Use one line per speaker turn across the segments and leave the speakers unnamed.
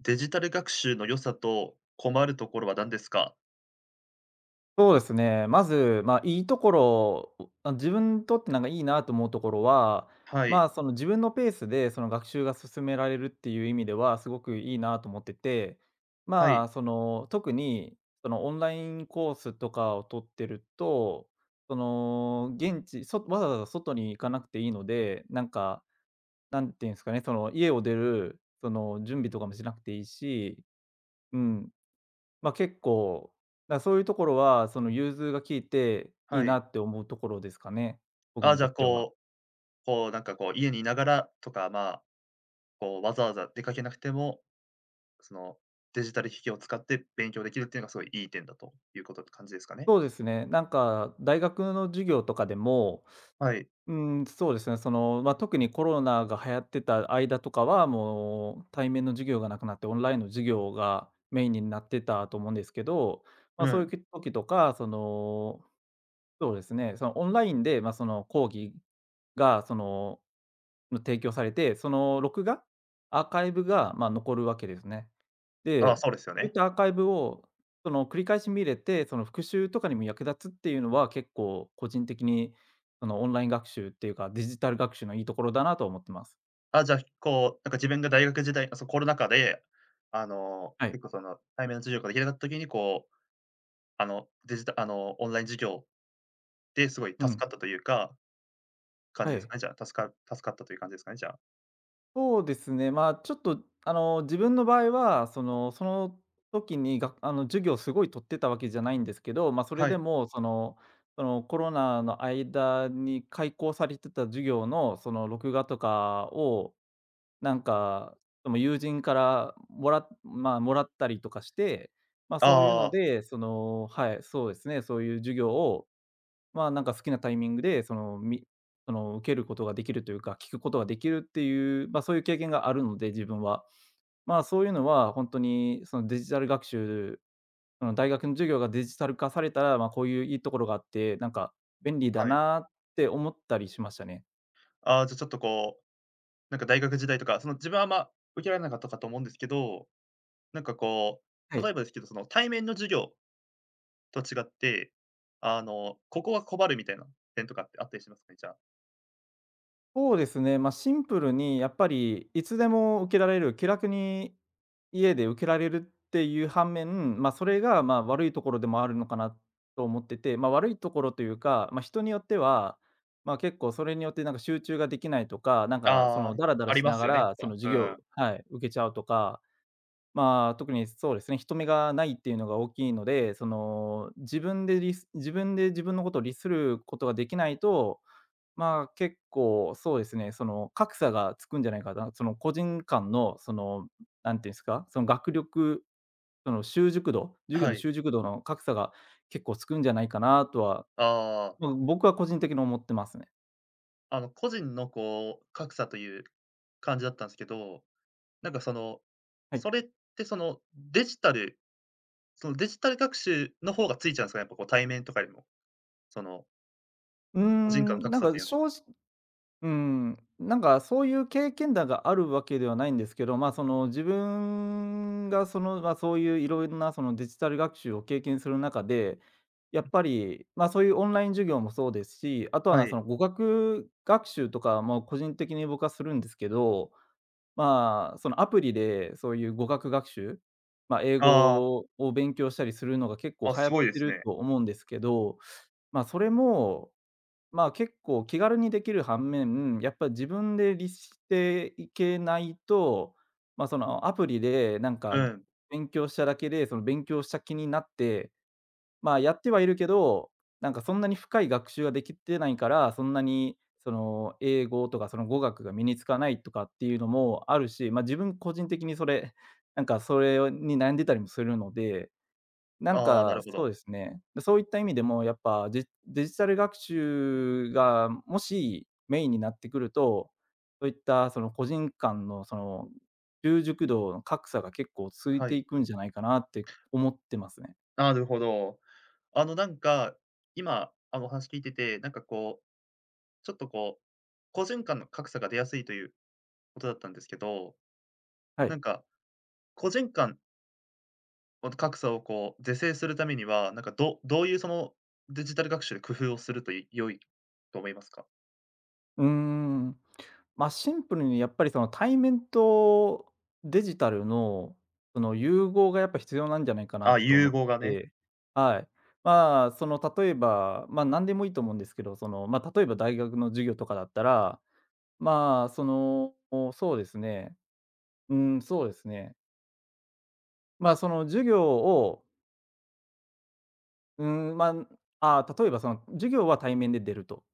デジタル学習の良さと困るところは何ですか？
そうですね。まず、いいところを、自分にとってなんかいいなと思うところは、
はい、
その自分のペースでその学習が進められるっていう意味ではすごくいいなと思ってて、
はい、
その特にそのオンラインコースとかを取ってると、その現地、そわざわざ外に行かなくていいので、なんていうんですかね、その家を出るその準備とかもしなくていいし、うん、まあ、結構、だ、そういうところは、その融通が利いてい
は
い
い。
なって思うところですかね、僕
ああ、
に
じゃ
と
あ、
っては。
こう、なんかこう、家にいながらとか、まあ、こう、わざわざ出かけなくても、その、デジタル機器を使って勉強できるっていうのがすごいいい点だということって感じですかね？
そうですね、なんか大学の授業とかでも、
はい。
うそうですね、特にコロナが流行ってた間とかは、もう対面の授業がなくなって、オンラインの授業がメインになってたと思うんですけど、
う
そうい
ん。
う時とか、そうですね、そのオンラインで、その講義が、提供されて、その録画、アーカイブが、残るわけですね。
ああ、
で、
そうですよ
そういっ
ね。
たアーカイブを、その、繰り返し見れて、その、復習とかにも役立つっていうのは、結構個人的に、その、オンライン学習っていうか、デジタル学習のいいところだなと思ってます。
あ、じゃあ、こう、なんか自分が大学時代、コロナ禍で、あの、
はい。
結構その、対面の授業ができなかった時に、こう、あの、オンライン授業ですごい
う
助
ん。
かったというか感じ
は
です
い。
かね、じゃあ、助かったという感じですかね、じゃあ。
そうですね、まあ、ちょっと、あの、自分の場合は、その時に、あの、授業をすごい取ってたわけじゃないんですけど、まあ、それ
は
で
い。
も、コロナの間に開講されてた授業の、その、録画とかを、なんか、友人からもらったりとかして、まあ、
あ
そういうの
あ、
で、そうですね、そういう授業をなんか好きなタイミングで、その、受けることができるというか、聞くことができるっていう、まあ、そういう経験があるので、自分は。まあ、そういうのは本当に、その、デジタル学習、その、大学の授業がデジタル化されたら、まあ、こういういいところがあって、なんか便利だ
はい。
なって思ったりしましたね。
ああ、じゃ、ちょっとこう、なんか大学時代とか、その、自分はあんま受けられなかったかと思うんですけど、なんかこ
は
う、例え
い。
ばですけど、その、対面の授業と違って、あの、ここは困るみたいな点とかってあったりしますかね、じゃあ。
そうですね、まあ、シンプルにやっぱりいつでも受けられる、気楽に家で受けられるっていう反面、それが、悪いところでもあるのかなと思ってて、まあ、悪いところというか、まあ、人によっては、まあ、結構それによってなんか集中ができないとか、そ
ああ、
のダラダラ
あり
し
ま
な
す
が
よね、やっ
らその
ぱ。
授
う
業
ん。
はい、受けちゃうとか、まあ、特にそうですね、人目がないっていうのが大きいので、自分で自分のことを律することができないと、まあ、結構そうですね、その格差がつくんじゃないかな、その個人間のその、なんていうんですか、その学力、その習熟度、授業
は
の
い。
習熟度の格差が結構つくんじゃないかなとは、
ああ、
僕は個人的に思ってますね。
あの、個人のこう、格差という感じだったんですけど、なんかその、
はい。
それってその、デジタル学習の方がついちゃうんですか？やっぱこう対面とかよりも、その
うー
個人間の
ん、
格
なん
差と
か
いうのは。
正直うん、なんかそういう経験談があるわけではないんですけど、まあ、その自分がその、まあ、そういういろいろなそのデジタル学習を経験する中で、やっぱり、まあ、そういうオンライン授業もそうですし、あとは
は
なそ
い。
の語学学習とかも個人的に僕はするんですけど、まあ、そのアプリでそういう語学学習、まあ、英
あ
語を勉強したりするのが結
あ、
構
あ、
流行
す
っ
ごいで
て
す
る
ね。
と思うんですけど、まあ、それもまあ、結構気軽にできる反面、やっぱ自分で律していけないと、まあ、そのアプリでなん
う
か
ん。
勉強しただけで、その勉強した気になって、まあ、やってはいるけど、なんかそんなに深い学習ができてないから、そんなにその英語とかその語学が身につかないとかっていうのもあるし、まあ、自分個人的にそれ、なんかそれに悩んでたりもするので、なん
ああ、な
か、
るほ
そう
ど。
ですね。そういった意味でもやっぱ、デジタル学習がもしメインになってくると、そういったその個人間のその習熟度の格差が結構つい
は
て
い。
いくんじゃないかなって思ってますね。
なるほど。あのなんか、今、あのお話聞いてて、なんかこう、ちょっとこう、個人間の格差が出やすいということだったんですけど、
は
なん
い。
か個人間の格差をこう是正するためには、なんかどういうそのデジタル学習で工夫をすると良いと思いますか？
うーん。まあ、シンプルにやっぱりその対面とデジタルの、その融合がやっぱ必要なんじゃないかな
あ、
と
融
思っ
合がね。
て、はい。まあ、その例えば、まあ、何でもいいと思うんですけど、その、まあ、例えば大学の授業とかだったら、まあ、その、そうですね、うん、そうですね。まあ、その授業を、うん、ま、ああ、例えばその授業は対面で出ると。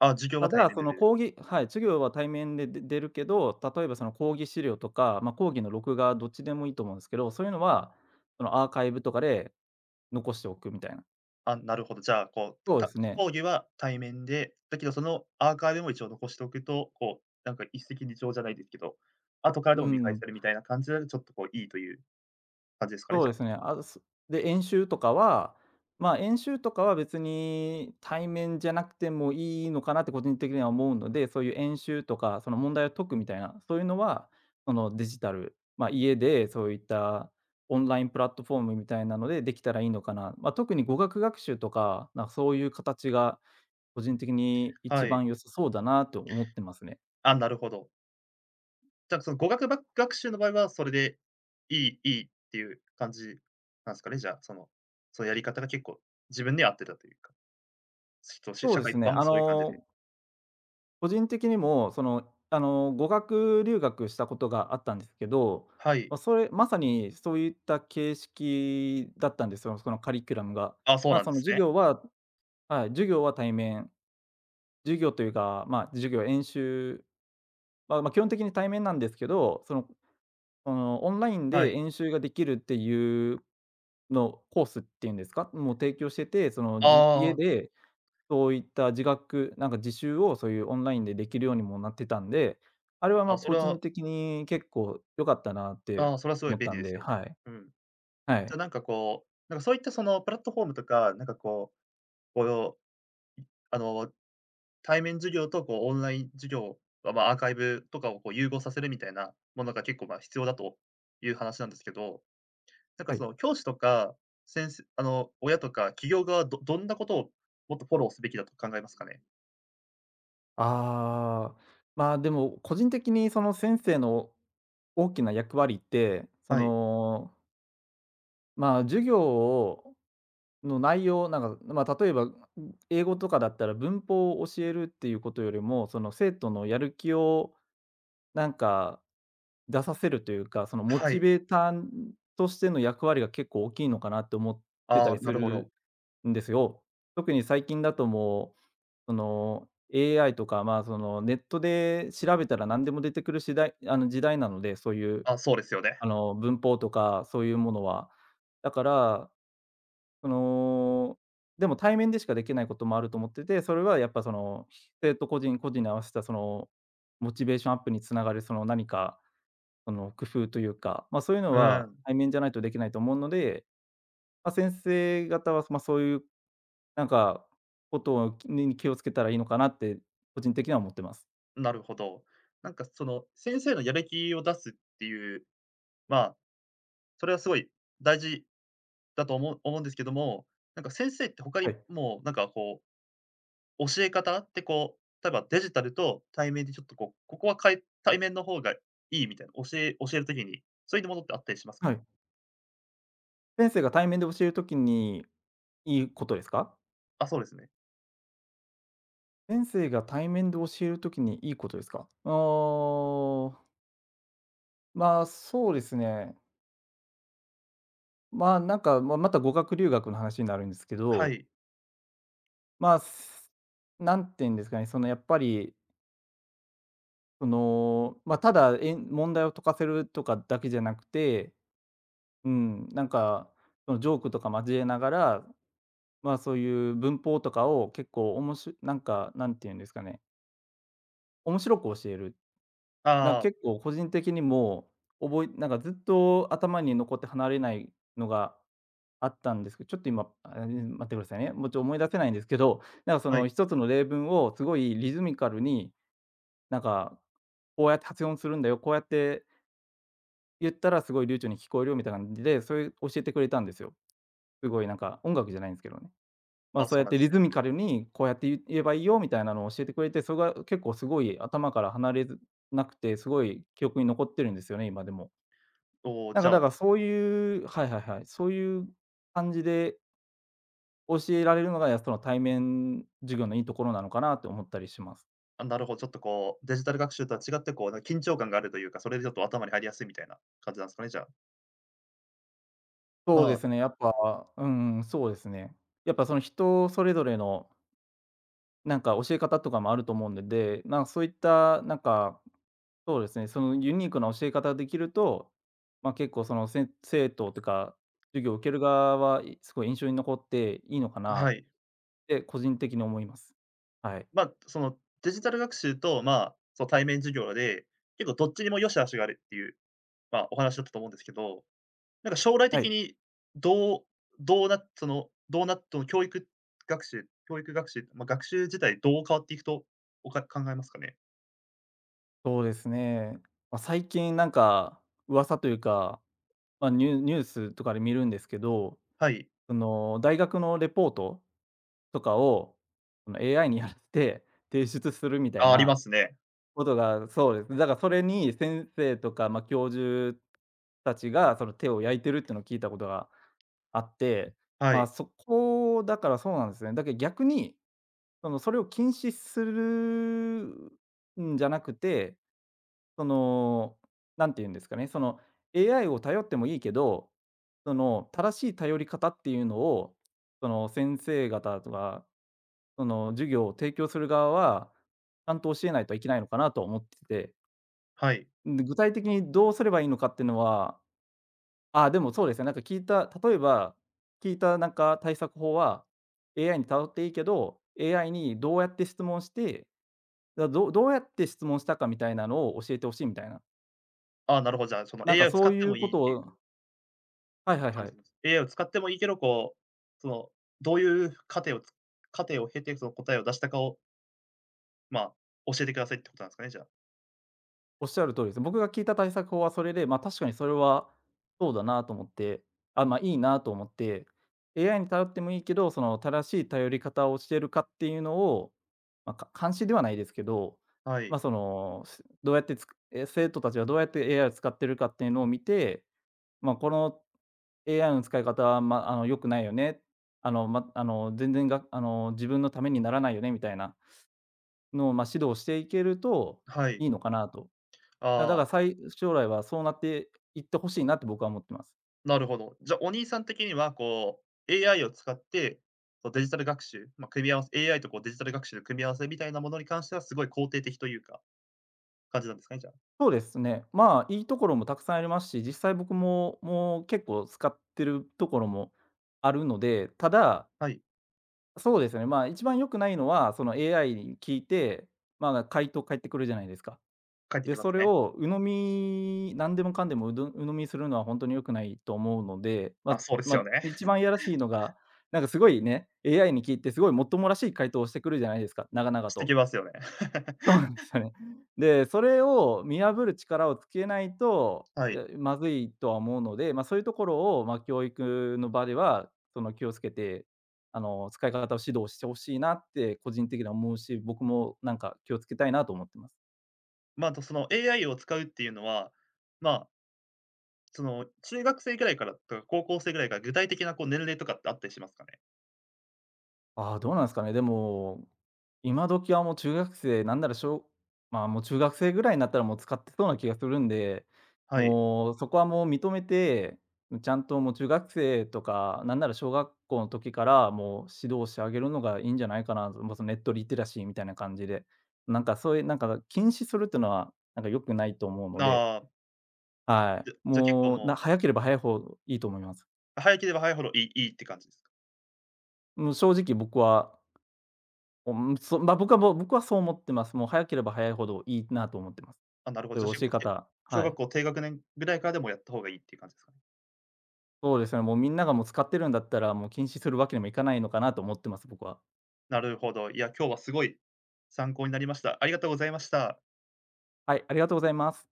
あ、授業は
た
対
だ、
面
そ
で
の
で
講義はい、授業は対面で出るけど、例えばその講義資料とか、まあ、講義の録画どっちでもいいと思うんですけど、そういうのは、そのアーカイブとかで残しておくみたいな。
あ、なるほど。じゃあ、こう、
そうですね。
講義は対面で、だけどそのアーカイブも一応残しておくと、こう、なんか一石二鳥じゃないですけど、後からで
う
も見返
ん。
せるみたいな感じで、ちょっとこういいという感じですかね、
そう
じゃ
ですね。
あ。
で、演習とかは、演習とかは別に対面じゃなくてもいいのかなって個人的には思うので、そういう演習とか、その問題を解くみたいな、そういうのは、そのデジタル、ま、家でそういったオンラインプラットフォームみたいなのでできたらいいのかな。まあ、特に語学学習とか、なんかそういう形が個人的に
は
一
い。
番良さそうだなと思ってますね。
あ、なるほど。じゃあ、その語学学習の場合はそれでいいっていう感じなんですかね、じゃあ、その、そのやり方が結構自分に合ってたというか、しとし
そう
社
で
会
す
一
ね、
般もそういう感じで。
個人的にも、語学留学したことがあったんですけど、
はい。
それまさにそういった形式だったんですよ、そのカリキュラムが。
あ、そう
まあ、
なん
そ
で
の
すね。
授業は対面、授業というか、まあ、授業、演習は、まあ、基本的に対面なんですけど、その、オンライン
は
で
い。
演習ができるっていうのコースっていうんですか、もう提供してて、その、家
あ
でそういった自学、なんか自習をそういうオンラインでできるようにもなってたんで、あれは
あ、
個人的に結構良かったなって
それはすごい
思っ
便
た
利
ん
です
で、
よね。
はい。
うん。
は
じゃ、
い。
なんかこう、なんかそういったそのプラットフォームとか、なんかこう、この、あの、対面授業とこうオンライン授業まあアーカイブとかをこう融合させるみたいなものが結構、ま、必要だという話なんですけど、なんか
は
そ
い。
の教師とか、先生あの、親とか企業側、どんなことをもっとフォローすべきだと考えますかね？
ああ、まあ、でも個人的にその先生の大きな役割って、そ
はい。
の、まあ、授業をの内容、例えば、英語とかだったら文法を教えるっていうことよりも、その生徒のやる気をなんか出させるというか、そのモ
は
チ
い。
ベーターとしての役割が結構大きいのかなって思ってた
ああ、
り
な
す
るほど。
るんですよ。特に最近だともう、その AI とか、まあ、そのネットで調べたら何でも出てくる時代なので、そういう
あ、そうですよね。
あの文法とかそういうものは。だから、その、でも対面でしかできないこともあると思ってて、それはやっぱ生徒個人個人に合わせたモチベーションアップにつながるその何かその工夫というか、そういうの
う
は
ん、
対面じゃないとできないと思うので、先生方は、まあ、そういうなんかことをきに気をつけたらいいのかなって個人的には思ってます。
なるほど。なんかその先生のやる気を出すっていう、まあ、それはすごい大事だと思うんですけども、なんか先生って他
は
に
い。
もうなんかこう、教え方ってこう、例えばデジタルと対面でちょっとこう、ここは対面の方がいいみたいな、教える時に、そういうものってあったりしますか
は
ね？
い。先生が対面で教えるときにいいことですか？
あ、そうですね。
先生が対面で教えるときにいいことですか？あ、そうですね。また語学留学の話になるんですけ
は
ど、
い。
まあ、すなんて言うんですかね。そのやっぱりその、まあ、ただ、問題を解かせるとかだけじゃなくて、うん、なんか、そのジョークとか交えながら、そういう文法とかを結構おもしなんか、なんていうんですかね、面白く教える。なん
あ
か
あ、
結構個人的にも、覚えなんかずっと頭に残って離れないのがあったんですけど、ちょっと今、あ、待ってくださいね。もうちょっと思い出せないんですけど、なんかそ
は
の
い。
一つの例文をすごいリズミカルに、なんか、こうやって発音するんだよ、こうやって言ったらすごい流暢に聞こえるよみたいな感じで、そういう教えてくれたんですよ。すごいなんか音楽じゃないんですけどね。
あ、
そう
そう
やっ
なん
て
です
リ
ね。
ズミカルにこうやって言えばいいよみたいなのを教えてくれて、それが結構すごい頭から離れずなくて、すごい記憶に残ってるんですよね、今でも。
おお、
なん
じ
か
ゃ
だ
あ、
からそういう、はいはいはい、そういう感じで教えられるのが、や、その対面授業のいいところなのかなって思ったりします。
あ、なるほど、ちょっとこう、デジタル学習とは違ってこう、緊張感があるというか、それでちょっと頭に入りやすいみたいな感じなんですかね、じゃあ。ま
そうで
あ、
すね、やっぱうん、そうですね。やっぱその人それぞれのなんか教え方とかもあると思うんで、で、なんかそういったなんか、そうですね、そのユニークな教え方ができると、結構そのせ生徒というか、授業を受ける側は、すごい印象に残っていいのかな
は
っ
い。
て個人的に思います。はい。
まあ、そのデジタル学習と、まあ、その対面授業で、結構どっちにも良し悪しがあるっていうまあ、お話だったと思うんですけど、なんか将来
は
的
い、
に、どうどうなその教育学習、まあ、学習自体どう変わっていくと、考えますかね？
そうですね。最近なんか噂というか、ニュースとかで見るんですけど、
はい。
その大学のレポートとかを、その AI にやらせて提出するみたい
あ、ありま
な
すね。
ことが、そうですね。だからそれに先生とか、教授たちが、その手を焼いてるっていうのを聞いたことがあって、
はい。
そこ。だからそうなんですね。だけど逆に、それを禁止するんじゃなくて、その、んて言うんですかね、その、AI を頼ってもいいけど、正しい頼り方っていうのを、先生方とか、授業を提供する側は、ちゃんと教えないといけないのかなと思ってて。
はい。
で、具体的にどうすればいいのかっていうのは、あ、でもそうですね、聞いたなんか対策法は、AI に頼っていいけど、AI にどうやって質問して、どうやって質問したかみたいなのを教えてほしいみたいな。
あなるほど、じゃあ、その
なん
AI
か
を
そ
使っ
うい
ても
う
い
こ
いっ
と
ていう
を、はいはい
感
は
じ
い。
です。AI を使ってもいいけど、こう、その、どういう過程を経て、その答えを出したかを、まあ、教えてくださいってことなんですかね、じゃあ。
おっしゃる通りです。僕が聞いた対策法はそれで、ま、確かにそれはそうだなと思って、いいなと思って、AI に頼ってもいいけど、その正しい頼り方をしているかっていうのを、監視ではないですけど、
は
ま、
い。
その、すどうやってつくえ、生徒たちはどうやって AI を使ってるかっていうのを見て、ま、この AI の使い方は、良くないよね、あの、ま、あの、全然があの、自分のためにならないよねみたいなのを、指導していけると
は
い
い。
いのかなと。だ
あ
から、
あ。
将来はそうなっていってほしいなって僕は思ってます。
なるほど。じゃ、お兄さん的には、こう、AI を使って、こう、デジタル学習、まあ、組み合わせ AI と、こう、デジタル学習の組み合わせみたいなものに関しては、すごい肯定的というか、感じなんですかね、じゃあ。
そうですね。いいところもたくさんありますし、実際僕も、もう結構使ってるところもあるので、ただ、
はい、
そうですね、一番良くないのは、その AI に聞いて、回答返ってくるじゃないですか。
書ってき
で、
ま
そ
す
れ
ね。
を鵜呑み何でもかんでもうど鵜呑みするのは本当に良くないと思うので、
あ、そうですよね。
一 番いやらしいのが、なんかすごいね、AI に聞いてすごいもっともらしい回答をしてくるじゃないですか、長々
して
と。
きますよね。
そう なんですよね。で、それを見破る力をつけないと、
は
い
い。
や、まずいとは思うので、そういうところを、教育の場では、気をつけて、使い方を指導してほしいなって個人的には思うし、僕もなんか気をつけたいなと思ってます。
まあ、あと、その、AI を使うっていうのは、まあ、その、中学生ぐらいからとか、高校生ぐらいから、具体的な、こう、年齢とかってあったりしますかね？
ああ、どうなんですかね。でも、今時はもう中学生、なんなら小まあ、もう中学生ぐらいになったらもう使ってそうな気がするんで、
はい。
もうそこはもう認めて、ちゃんともう中学生とか、なんなら小学校の時からもう指導してあげるのがいいんじゃないかなと、もうそのネットリテラシーみたいな感じで。なんかそういうなんか禁止するっていうのは、なんか良くないと思うので、
ああ、
は
じゃ
い。
じゃ、結構
もう、
もう、
早ければ早い方いいと思います。
早ければ早いほどいいって感じですか？
もう正直僕はおん、そま、僕はもう僕はそう思ってます。もう早ければ早いほどいいなと思ってます。
あ、なるほど。
そ
じゃ
う
あ、
いう
し
教
こ
え
うて
方、
小
は
学
い。
校低学年ぐらいからでもやった方がいいっていう感じですかね。
そうですね、もうみんながもう使ってるんだったら、もう禁止するわけにもいかないのかなと思ってます、僕は。
なるほど。いや、今日はすごい参考になりました。ありがとうございました。
はい、ありがとうございます。